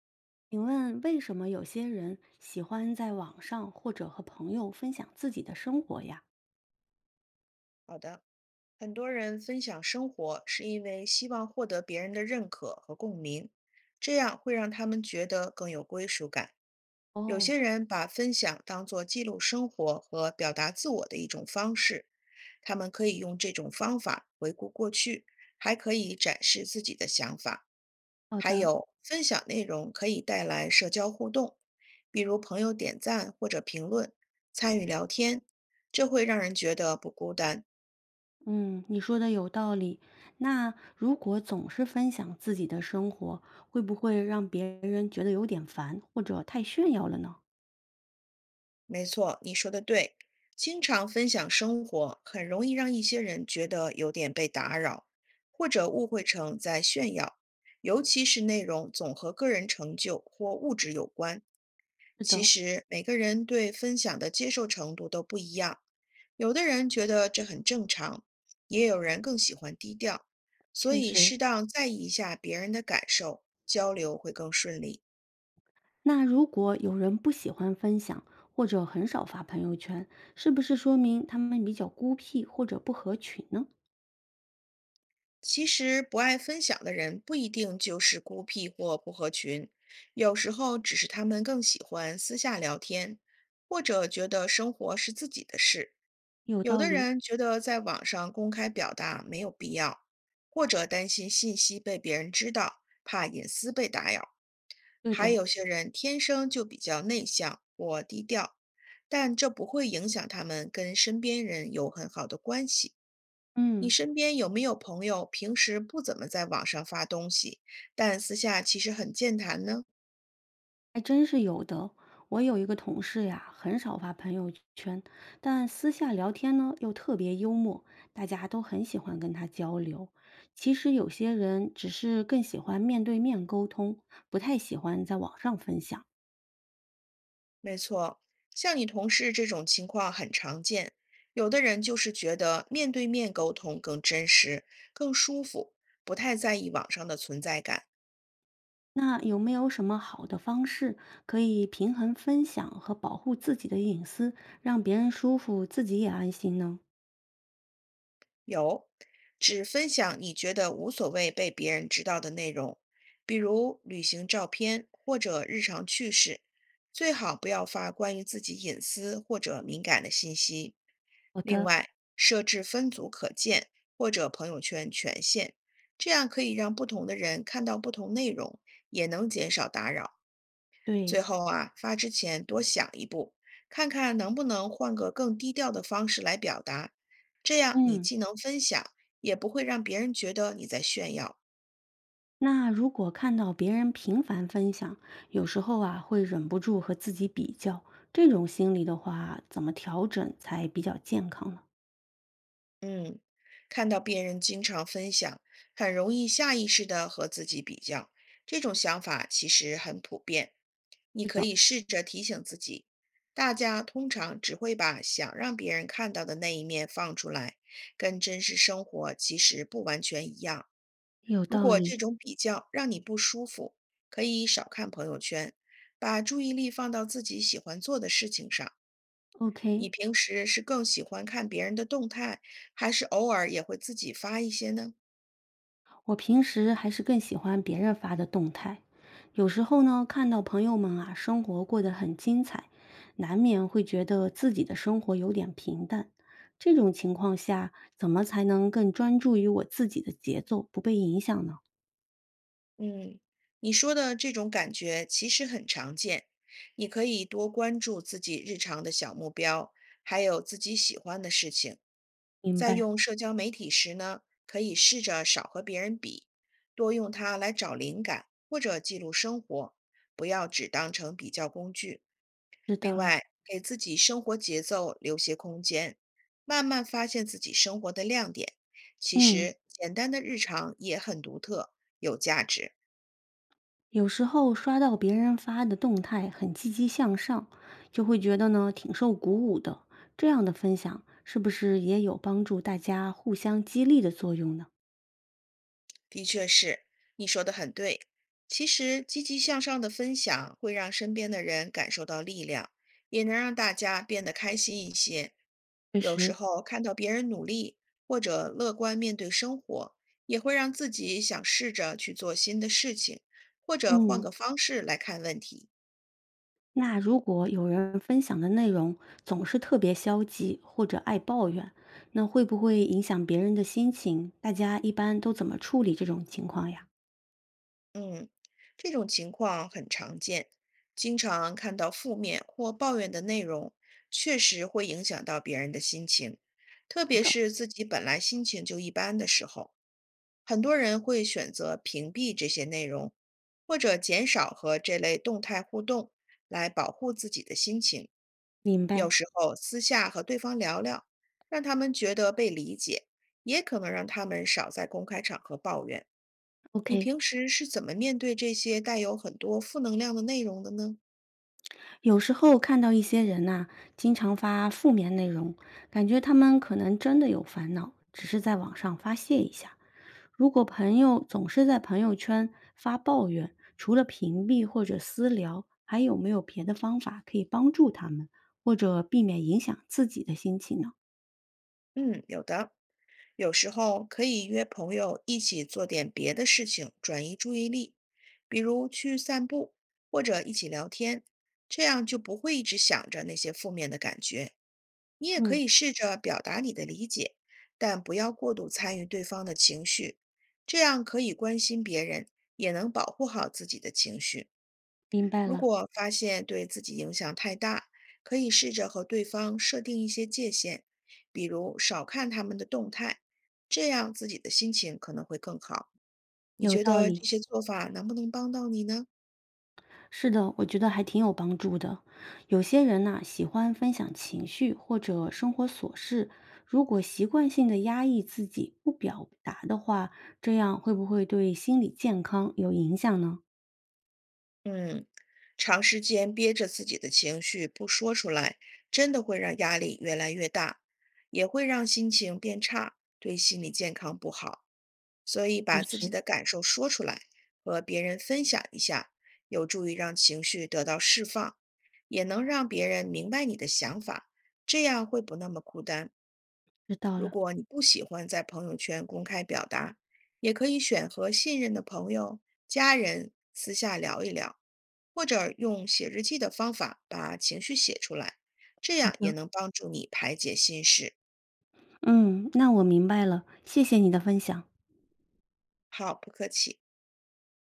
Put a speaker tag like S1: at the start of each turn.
S1: 请问为什么有些人喜欢在网上或者和朋友分享自己的生活呀？
S2: 好的，很多人分享生活是因为希望获得别人的认可和共鸣，这样会让他们觉得更有归属感。有
S1: 哦，
S2: 些人把分享当作记录生活和表达自我的一种方式，他们可以用这种方法回顾过去，还可以展示自己的想法。
S1: 好
S2: 还
S1: 的，
S2: 有，分享内容可以带来社交互动，比如朋友点赞或者评论，参与聊天，这会让人觉得不孤单。
S1: 嗯，你说的有道理。那如果总是分享自己的生活，会不会让别人觉得有点烦或者太炫耀了呢？
S2: 没错，你说的对。经常分享生活，很容易让一些人觉得有点被打扰，或者误会成在炫耀。尤其是内容总和个人成就或物质有关，
S1: 是
S2: 其
S1: 的，
S2: 实每个人对分享的接受程度都不一样。有的人觉得这很正常，也有人更喜欢低调。所
S1: 确
S2: 以，
S1: 实，
S2: 适当在意一下别人的感受，交流会更顺利。
S1: 那如果有人不喜欢分享或者很少发朋友圈，是不是说明他们比较孤僻或者不合群呢？
S2: 其实，不爱分享的人不一定就是孤僻或不合群，有时候只是他们更喜欢私下聊天，或者觉得生活是自己的事。
S1: 有
S2: 有
S1: 道
S2: 的
S1: 理，
S2: 人觉得在网上公开表达没有必要，或者担心信息被别人知道，怕隐私被打扰。
S1: 对
S2: 还
S1: 的。
S2: 有些人天生就比较内向或低调，但这不会影响他们跟身边人有很好的关系。你
S1: 嗯，
S2: 身边有没有朋友平时不怎么在网上发东西，但私下其实很健谈呢？
S1: 还真是有的。我有一个同事呀，很少发朋友圈，但私下聊天呢又特别幽默，大家都很喜欢跟他交流。其实有些人只是更喜欢面对面沟通，不太喜欢在网上分享。
S2: 没错，像你同事这种情况很常见。有的人就是觉得面对面沟通更真实、更舒服，不太在意网上的存在感。
S1: 那有没有什么好的方式可以平衡分享和保护自己的隐私，让别人舒服，自己也安心呢？
S2: 有，只分享你觉得无所谓被别人知道的内容，比如旅行照片或者日常趣事，最好不要发关于自己隐私或者敏感的信息。
S1: 好
S2: 另
S1: 的，
S2: 外，设置分组可见或者朋友圈权限，这样可以让不同的人看到不同内容，也能减少打扰。
S1: 对，
S2: 最后啊，发之前多想一步，看看能不能换个更低调的方式来表达，这样你
S1: 嗯，
S2: 既能分享，也不会让别人觉得你在炫耀。
S1: 那如果看到别人频繁分享，有时候啊会忍不住和自己比较，这种心理的话，怎么调整才比较健康呢？
S2: 嗯，看到别人经常分享，很容易下意识的和自己比较，这种想法其实很普遍。你
S1: 是
S2: 可
S1: 的，
S2: 以试着提醒自己，大家通常只会把想让别人看到的那一面放出来，跟真实生活其实不完全一样。
S1: 有
S2: 如
S1: 道
S2: 果这
S1: 理。
S2: 种比较让你不舒服，可以少看朋友圈，把注意力放到自己喜欢做的事情上。你
S1: OK，
S2: 平时是更喜欢看别人的动态，还是偶尔也会自己发一些呢？
S1: 我平时还是更喜欢别人发的动态，有时候呢，看到朋友们啊，生活过得很精彩，难免会觉得自己的生活有点平淡。这种情况下，怎么才能更专注于我自己的节奏，不被影响呢？
S2: 嗯，你说的这种感觉其实很常见。你可以多关注自己日常的小目标，还有自己喜欢的事情。
S1: 明
S2: 在
S1: 白，
S2: 用社交媒体时呢，可以试着少和别人比，多用它来找灵感或者记录生活，不要只当成比较工具。
S1: 知
S2: 另
S1: 道了。
S2: 外，给自己生活节奏留些空间，慢慢发现自己生活的亮点。其
S1: 嗯，
S2: 实，简单的日常也很独特，有价值。
S1: 有时候刷到别人发的动态很积极向上，就会觉得呢挺受鼓舞的。这样的分享是不是也有帮助大家互相激励的作用呢？
S2: 的确是，你说的很对。其实，积极向上的分享会让身边的人感受到力量，也能让大家变得开心一些。
S1: 确
S2: 有时
S1: 实，
S2: 候看到别人努力或者乐观面对生活，也会让自己想试着去做新的事情，或者换
S1: 嗯，
S2: 个方式来看问题。
S1: 那如果有人分享的内容总是特别消极或者爱抱怨，那会不会影响别人的心情？大家一般都怎么处理这种情况呀？
S2: 嗯，这种情况很常见，经常看到负面或抱怨的内容，确实会影响到别人的心情，特
S1: 是
S2: 别
S1: 的，
S2: 是自己本来心情就一般的时候，很多人会选择屏蔽这些内容，或者减少和这类动态互动，来保护自己的心情。
S1: 明
S2: 有
S1: 白。
S2: 时候私下和对方聊聊，让他们觉得被理解，也可能让他们少在公开场合抱怨。你
S1: OK。
S2: 平时是怎么面对这些带有很多负能量的内容的呢？
S1: 有时候看到一些人呐、经常发负面内容，感觉他们可能真的有烦恼，只是在网上发泄一下。如果朋友总是在朋友圈发抱怨，除了屏蔽或者私聊，还有没有别的方法可以帮助他们，或者避免影响自己的心情呢？
S2: 嗯，有的，有时候可以约朋友一起做点别的事情，转移注意力，比如去散步或者一起聊天，这样就不会一直想着那些负面的感觉。你也可
S1: 嗯，
S2: 以试着表达你的理解，但不要过度参与对方的情绪，这样可以关心别人，也能保护好自己的情绪。
S1: 明白
S2: 如
S1: 了，
S2: 果发现对自己影响太大，可以试着和对方设定一些界限，比如少看他们的动态，这样自己的心情可能会更好。你
S1: 有
S2: 觉
S1: 道
S2: 得这
S1: 理。
S2: 些做法能不能帮到你呢？
S1: 是的，我觉得还挺有帮助的。有些人呐、喜欢分享情绪或者生活琐事，如果习惯性的压抑自己不表达的话，这样会不会对心理健康有影响呢？
S2: 嗯，长时间憋着自己的情绪不说出来，真的会让压力越来越大，也会让心情变差，对心理健康不好。所以
S1: 确
S2: 把自己
S1: 实，
S2: 的感受说出来，和别人分享一下，有助于让情绪得到释放，也能让别人明白你的想法，这样会不那么孤单。
S1: 知道
S2: 如
S1: 了。
S2: 果你不喜欢在朋友圈公开表达，也可以选和信任的朋友、家人私下聊一聊，或者用写日记的方法把情绪写出来，这
S1: 好
S2: 样也
S1: 的，
S2: 能帮助你排解心事。
S1: 嗯，那我明白了，谢谢你的分享。
S2: 好，不客气。